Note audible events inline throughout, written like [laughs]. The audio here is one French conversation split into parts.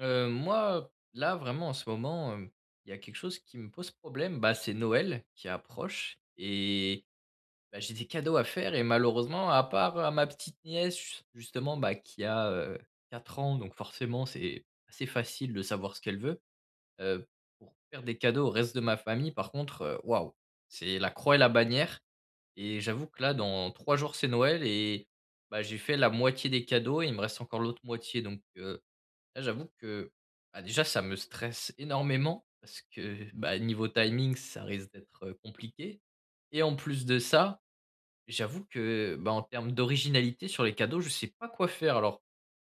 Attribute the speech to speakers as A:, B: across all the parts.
A: Moi, là, vraiment, en ce moment, il y a quelque chose qui me pose problème, bah, c'est Noël qui approche et bah, j'ai des cadeaux à faire et malheureusement, à part à ma petite nièce, justement, bah, qui a, 4 ans, donc forcément, c'est assez facile de savoir ce qu'elle veut. Heu, pour faire des cadeaux au reste de ma famille, par contre, waouh, c'est la croix et la bannière et j'avoue que là, dans 3 jours, c'est Noël et bah, j'ai fait la moitié des cadeaux et il me reste encore l'autre moitié. Donc là, j'avoue que, bah, déjà, ça me stresse énormément parce que, bah, niveau timing, ça risque d'être, compliqué. Et en plus de ça, j'avoue que, bah, en termes d'originalité sur les cadeaux, je sais pas quoi faire. Alors,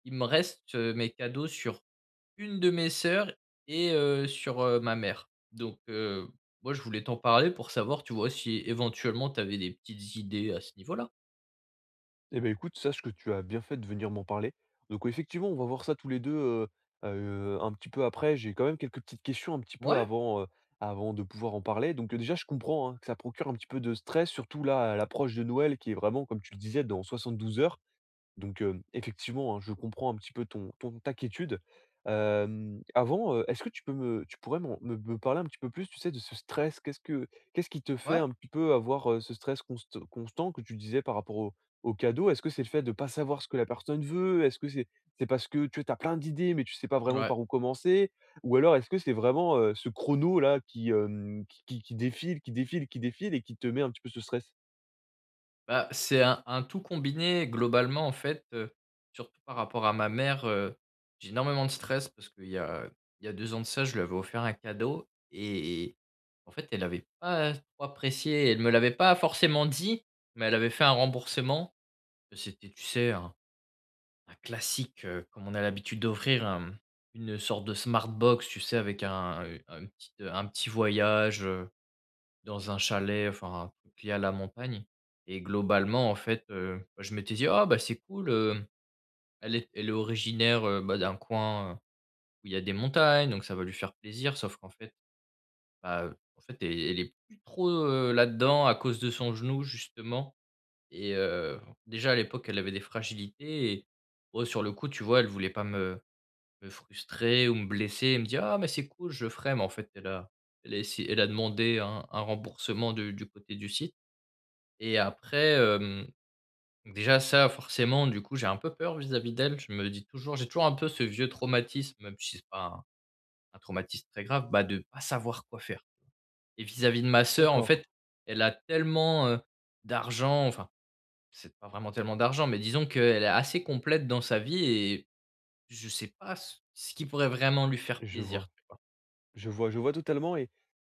A: il me reste, mes cadeaux sur une de mes sœurs et sur, ma mère. Donc, moi, je voulais t'en parler pour savoir, tu vois, si éventuellement tu avais des petites idées à ce niveau-là.
B: Eh ben écoute, sache que tu as bien fait de venir m'en parler. Donc, ouais, effectivement, on va voir ça tous les 2 un petit peu après. J'ai quand même quelques petites questions un petit peu
A: Ouais,
B: avant, avant de pouvoir en parler. Donc, déjà, je comprends, hein, que ça procure un petit peu de stress, surtout là, à l'approche de Noël qui est vraiment, comme tu le disais, dans 72 heures. Donc, effectivement, hein, je comprends un petit peu ton ton ta quiétude. Avant, est-ce que tu pourrais m'en me me parler un petit peu plus, tu sais, de ce stress? Qu'est-ce qui te fait
A: ouais,
B: un petit peu avoir, ce stress constant que tu disais par rapport au cadeau? Est-ce que c'est le fait de pas savoir ce que la personne veut? Est-ce que c'est parce que tu as plein d'idées, mais tu sais pas vraiment
A: ouais.
B: par où commencer? Ou alors est-ce que c'est vraiment, ce chrono là qui défile, qui défile, qui défile et qui te met un petit peu ce stress?
A: Bah, c'est un tout combiné globalement en fait, surtout par rapport à ma mère, j'ai énormément de stress parce qu'il y a 2 ans de ça, je lui avais offert un cadeau et en fait, elle avait pas trop apprécié. Elle me l'avait pas forcément dit, mais elle avait fait un remboursement. C'était, tu sais, un classique, comme on a l'habitude d'offrir, une sorte de smart box, tu sais, avec un petit voyage, dans un chalet, enfin, un truc lié à la montagne. Et globalement, en fait, je m'étais dit: «Ah, bah, c'est cool, elle est originaire, bah, d'un coin, où il y a des montagnes, donc ça va lui faire plaisir», sauf qu'en fait, bah, en fait, elle est plus trop, là-dedans à cause de son genou, justement. Et déjà à l'époque, elle avait des fragilités. Et oh, sur le coup, tu vois, elle voulait pas me frustrer ou me blesser et me dire: «Ah, mais c'est cool, je ferai», mais en fait, elle a essayé, elle a demandé un remboursement du côté du site. Et après, déjà ça forcément du coup j'ai un peu peur vis-à-vis d'elle. Je me dis toujours j'ai toujours un peu ce vieux traumatisme, même si c'est pas un traumatisme très grave, bah, de pas savoir quoi faire. Et vis-à-vis de ma sœur en
B: D'accord,
A: fait, elle a tellement, d'argent, enfin c'est pas vraiment tellement d'argent, mais disons qu'elle est assez complète dans sa vie et je sais pas ce qui pourrait vraiment lui faire
B: je
A: plaisir,
B: vois.
A: tu vois?
B: Je vois, je vois totalement et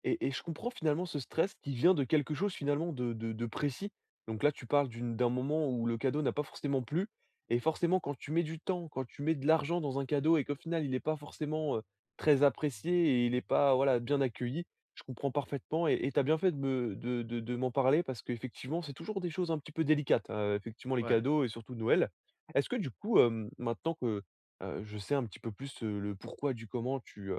B: et et je comprends finalement ce stress qui vient de quelque chose finalement de précis. Donc là, tu parles d'un moment où le cadeau n'a pas forcément plu et forcément quand tu mets du temps, quand tu mets de l'argent dans un cadeau et qu'au final, il n'est pas forcément, très apprécié et il n'est pas, voilà, bien accueilli. Je comprends parfaitement et tu as bien fait de me de m'en parler parce qu'effectivement, c'est toujours des choses un petit peu délicates, effectivement les cadeaux et surtout Noël. Est-ce que du coup, maintenant que, je sais un petit peu plus, le pourquoi du comment tu,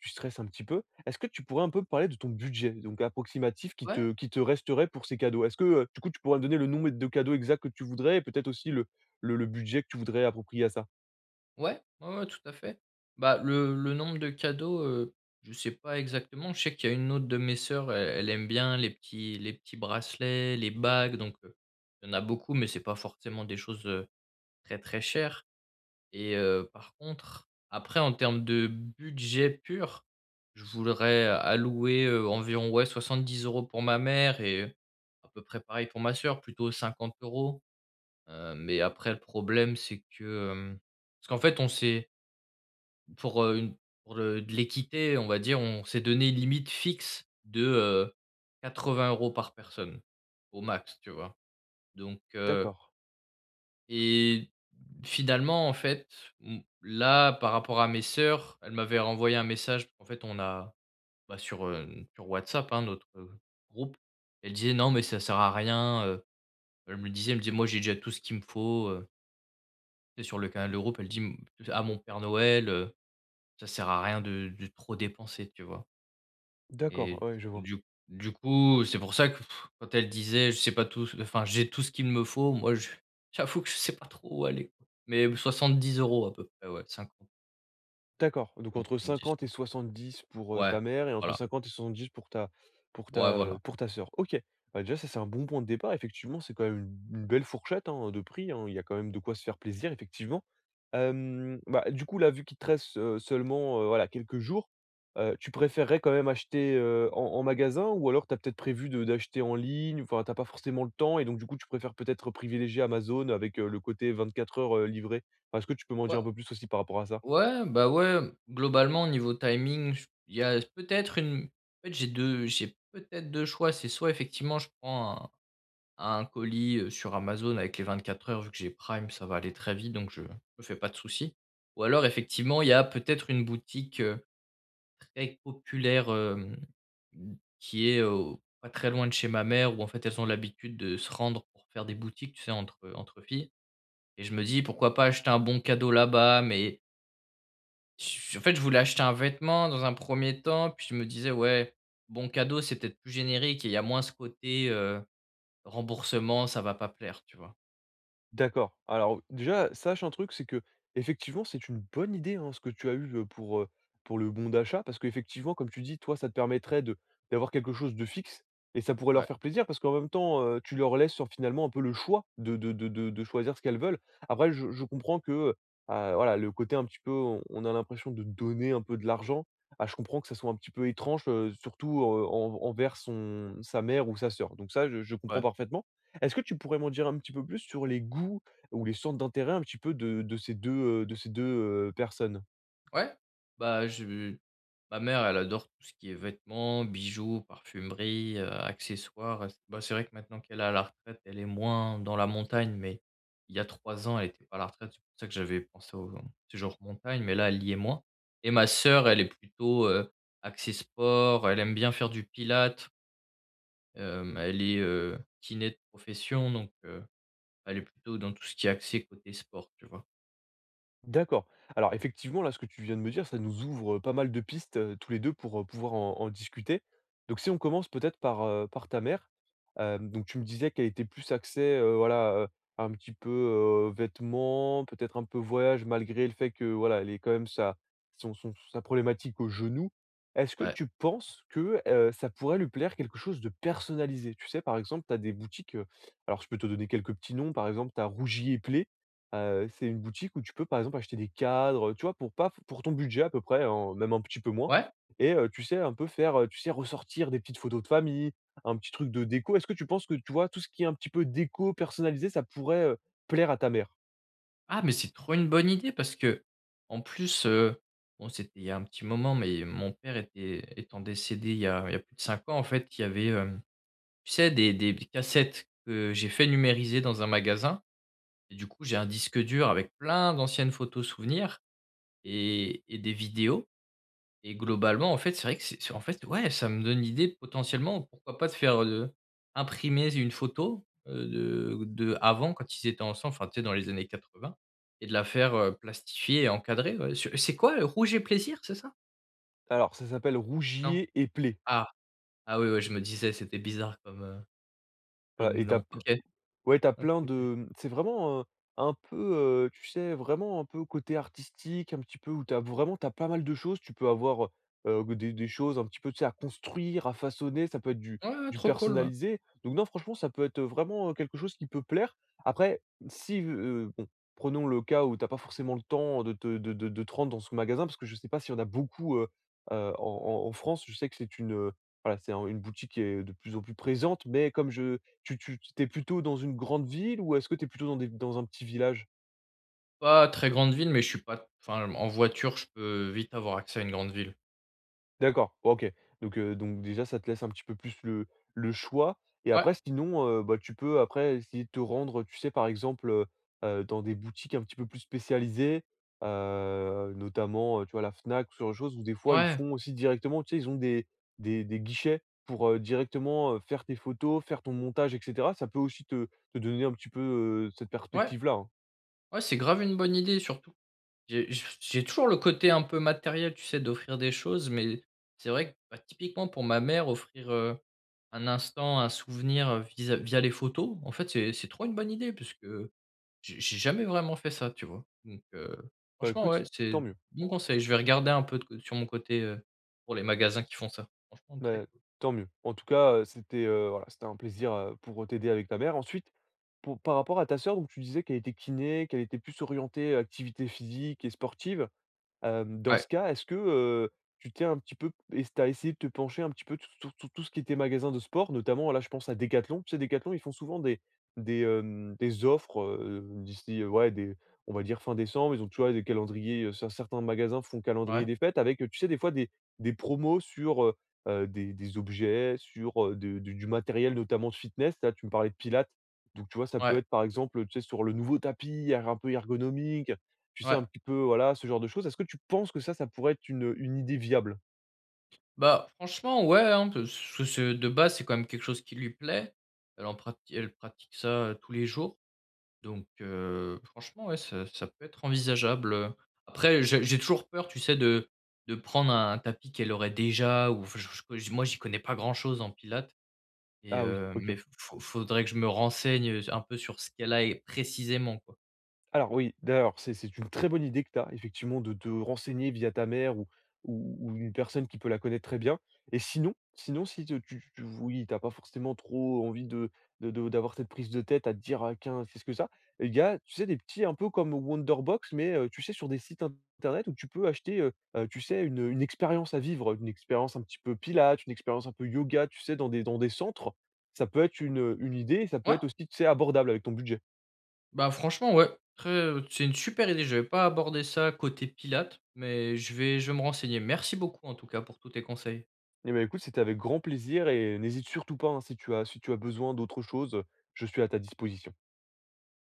B: tu stresses un petit peu. Est-ce que tu pourrais un peu me parler de ton budget, donc approximatif, qui
A: Ouais.
B: te qui te resterait pour ces cadeaux? Est-ce que, du coup, tu pourrais me donner le nombre de cadeaux exacts que tu voudrais et peut-être aussi le budget que tu voudrais approprier à ça?
A: Ouais, ouais, ouais, tout à fait. Bah, le nombre de cadeaux, je sais pas exactement. Je sais qu'il y a une autre de mes sœurs, elle aime bien les petits bracelets, les bagues, donc il y en a beaucoup, mais c'est pas forcément des choses, très, très chères. Et par contre, après en termes de budget pur, je voudrais allouer, environ, ouais, 70 € pour ma mère et à peu près pareil pour ma sœur, plutôt 50 €. Mais après le problème, c'est que, parce qu'en fait, on s'est pour, une pour de l'équité, on va dire, on s'est donné une limite fixe de, 80 € par personne, au max, tu vois? Donc,
B: D'accord,
A: et finalement, en fait, mmh, là, par rapport à mes sœurs, elles m'avaient renvoyé un message. En fait, on a bah, sur WhatsApp, hein, notre, groupe. Elle disait: «Non, mais ça sert à rien», elles me le disaient, elles me disait: «Moi, j'ai déjà tout ce qu'il me faut», tu sais, sur le canal de groupe, elles disent à mon père Noël, «Ça sert à rien de trop dépenser», tu vois?
B: d'accord,
A: Et
B: ouais, je vois.
A: du du coup, c'est pour ça que pff, quand elle disait: «Je sais pas tout ce enfin, j'ai tout ce qu'il me faut», moi je [laughs] j'avoue que je sais pas trop où aller, quoi. Mais 10 € à peu près, ouais,
B: D'accord, donc entre
A: 50-70,
B: 50 et
A: ouais.
B: 70 pour,
A: Ouais,
B: ta mère et entre
A: voilà,
B: 50 et 70 pour ta pour ta,
A: ouais, voilà.
B: heu, pour ta sœur. OK. Bah, déjà ça, c'est un bon point de départ. Effectivement, c'est quand même une belle fourchette, hein, de prix, hein. Il y a quand même de quoi se faire plaisir, effectivement. Bah, du coup, là, vu qu'il te reste, seulement, voilà, quelques jours, tu préférerais quand même acheter, en magasin ou alors tu as peut-être prévu de d'acheter en ligne? Enfin, tu pas forcément le temps et donc du coup, tu préfères peut-être privilégier Amazon avec, le côté 24 heures, livré? Enfin, est-ce que tu peux m'en dire un
A: Ouais,
B: peu plus aussi par rapport à ça?
A: ouais, bah, ouais, globalement au niveau timing, j il y a peut-être une en fait, j'ai peut-être 2 choix, c'est soit effectivement je prends à Un colis, sur Amazon avec les 24 heures, vu que j'ai Prime, ça va aller très vite, donc je me fais pas de soucis. Ou alors effectivement, il y a peut-être une boutique, très populaire, mmh, qui est, pas très loin de chez ma mère, où en fait, elles ont l'habitude de se rendre pour faire des boutiques, tu sais, entre filles. Et je me dis: «Pourquoi pas acheter un bon cadeau là-bas?» Mais j en fait, je voulais acheter un vêtement dans un premier temps, puis je me disais: «Ouais, bon cadeau, c'est peut-être plus générique et il y a moins ce côté, remboursement, ça va pas plaire», tu vois?
B: D'accord. Alors déjà, sache un truc, c'est que effectivement c'est une bonne idée, hein, ce que tu as eu, pour le bon d'achat parce qu'effectivement, comme tu dis, toi, ça te permettrait de d'avoir quelque chose de fixe et ça pourrait leur faire plaisir parce qu'en même temps, tu leur laisses, finalement un peu le choix de choisir ce qu'elles veulent. Après je comprends que, voilà, le côté un petit peu, on a l'impression de donner un peu de l'argent. Ah, je comprends que ça soit un petit peu étrange, surtout, en envers son sa mère ou sa sœur. Donc ça, je comprends
A: Ouais.
B: parfaitement. Est-ce que tu pourrais m'en dire un petit peu plus sur les goûts ou les centres d'intérêt un petit peu de ces deux personnes?
A: Ouais. Bah, je ma mère, elle adore tout ce qui est vêtements, bijoux, parfumerie, accessoires. Bah, c'est vrai que maintenant qu'elle est à la retraite, elle est moins dans la montagne, mais il y a 3 ans, elle était pas à la retraite. C'est pour ça que j'avais pensé au séjour montagne, mais là, elle y est moins. Et ma sœur, elle est plutôt, axée sport, elle aime bien faire du pilate. Elle est, kiné de profession, donc elle est plutôt dans tout ce qui est axé côté sport, tu vois?
B: D'accord. Alors effectivement, là, ce que tu viens de me dire, ça nous ouvre pas mal de pistes tous les deux pour pouvoir en discuter. Donc si on commence peut-être par ta mère, donc tu me disais qu'elle était plus axée, voilà, un petit peu vêtements, peut-être un peu voyage, malgré le fait que voilà, elle est quand même sa problématique au genou. Est-ce que
A: Ouais.
B: tu penses que ça pourrait lui plaire quelque chose de personnalisé? Tu sais, par exemple, tu as des boutiques, alors je peux te donner quelques petits noms, par exemple, tu as Rougier et Play. C'est une boutique où tu peux, par exemple, acheter des cadres, tu vois, pour pas pour ton budget à peu près, hein, même un petit peu moins,
A: Ouais?
B: et tu sais, un peu faire, tu sais, ressortir des petites photos de famille, un petit truc de déco. Est-ce que tu penses que, tu vois, tout ce qui est un petit peu déco personnalisé, ça pourrait, plaire à ta mère?
A: Ah, mais c'est trop une bonne idée parce que en plus, bon, c'était il y a un petit moment, mais mon père était étant décédé il y a plus de 5 ans. En fait, il y avait, tu sais, des cassettes que j'ai fait numériser dans un magasin et du coup, j'ai un disque dur avec plein d'anciennes photos souvenirs et des vidéos. Et globalement, en fait, c'est vrai que c'est en fait, ouais, ça me donne l'idée potentiellement, pourquoi pas de faire, imprimer une photo, de avant quand ils étaient ensemble, enfin, tu sais, dans les années 80 et de la faire, plastifier et encadrer, ouais. Su c'est quoi, Rouge et plaisir, c'est ça?
B: Alors ça s'appelle
A: Non?
B: Rougier& et Play.
A: Ah, ah oui, ouais, je me disais, c'était bizarre comme,
B: Voilà
A: comme
B: et t'as
A: nom. OK,
B: Ouais, t'as
A: OK,
B: plein
A: OK.
B: de c'est vraiment, un peu, tu sais, vraiment un peu côté artistique, un petit peu où t'as pas mal de choses. Tu peux avoir, des choses un petit peu, tu sais, à construire, à façonner, ça peut être du
A: Ouais, ouais,
B: du
A: trop cool, ouais.
B: personnalisé. Donc non, franchement, ça peut être vraiment, quelque chose qui peut plaire. Après, si, bon, prenons le cas où t'as pas forcément le temps de te rendre dans ce magasin, parce que je sais pas s'il y en a beaucoup, en France. Je sais que c'est une, voilà, c'est un une boutique qui est de plus en plus présente, mais comme je tu tu tu es plutôt dans une grande ville ou est-ce que tu es plutôt dans un petit village?
A: Pas très grande ville, mais je suis pas enfin, en voiture, je peux vite avoir accès à une grande ville.
B: D'accord, OK. Donc déjà ça te laisse un petit peu plus le choix et
A: Ouais,
B: après sinon, bah, tu peux après essayer de te rendre, tu sais, par exemple, dans des boutiques un petit peu plus spécialisées, notamment, tu vois, la Fnac, ou ce genre de choses où des fois ils
A: ouais,
B: font aussi directement, tu sais, ils ont des guichets pour, directement, faire tes photos, faire ton montage et cetera. Ça peut aussi te donner un petit peu, cette
A: ouais,
B: perspective-là, hein.
A: ouais, c'est grave une bonne idée, surtout j'ai toujours le côté un peu matériel, tu sais, d'offrir des choses, mais c'est vrai que, bah, typiquement pour ma mère, offrir, un instant, un souvenir, visa via les photos, en fait, c'est trop une bonne idée puisque j'ai jamais vraiment fait ça, tu vois? Donc
B: Bah,
A: franchement, ouais,
B: écoute,
A: c'est
B: tant mieux.
A: bon conseil. Je vais regarder un peu de co sur mon côté, pour les magasins qui font ça. Franchement, très
B: Mais
A: cool.
B: tant mieux. En tout cas, c'était, voilà, c'était un plaisir, pour t'aider avec ta mère. Ensuite, pour par rapport à ta sœur, donc tu disais qu'elle était kiné, qu'elle était plus orientée activité physique et sportive. Dans
A: Ouais,
B: ce cas, est-ce que, tu t'es un petit peu et tu as essayé de te pencher un petit peu t sur tout ce qui était magasin de sport? Notamment, là, je pense à Decathlon. Tu sais, Decathlon, ils font souvent des offres, d'ici, ouais, des on va dire fin décembre. Ils ont, tu vois, des calendriers, certains magasins font calendrier
A: ouais,
B: des fêtes avec, tu sais, des fois des promos sur, des objets, sur, de du matériel, notamment de fitness. Là, tu me parlais de pilates, donc tu vois, ça peut
A: ouais,
B: être, par exemple, tu sais, sur le nouveau tapis er un peu ergonomique. Tu sais, un
A: ouais.
B: petit peu, voilà, ce genre de choses. Est-ce que tu penses que ça pourrait être une idée viable?
A: Bah, franchement, ouais, hein, parce que c'est de base, c'est quand même quelque chose qui lui plaît. Elle pratique ça, tous les jours. Donc franchement, ouais, ça peut être envisageable. Après, j'ai toujours peur, tu sais, de prendre un tapis qu'elle aurait déjà ou enfin, je moi, j'y connais pas grand-chose en pilates et
B: Ah oui, OK.
A: mais f faudrait que je me renseigne, un peu sur ce qu'elle a et précisément, quoi.
B: Alors oui, d'ailleurs, c'est une très bonne idée que tu as, effectivement, de te renseigner via ta mère ou, ou, une personne qui peut la connaître très bien. Et sinon si t'as pas forcément trop envie d'avoir cette prise de tête à te dire, ah, tiens, qu'est-ce que ça? Il y a, tu sais, des petits, un peu comme Wonderbox, mais tu sais, sur des sites internet où tu peux acheter, tu sais, une expérience à vivre, une expérience un petit peu pilates, une expérience un peu yoga, tu sais, dans des centres. Ça peut être une idée, ça peut
A: Ouais,
B: être aussi, tu sais, abordable avec ton budget.
A: bah, franchement, ouais, très, c'est une super idée. Je n'avais pas abordé ça côté pilates, mais je vais me renseigner. Merci beaucoup, en tout cas, pour tous tes conseils.
B: Eh ben, écoute, c'était avec grand plaisir et n'hésite surtout pas, hein, si tu as besoin d'autre chose, je suis à ta disposition.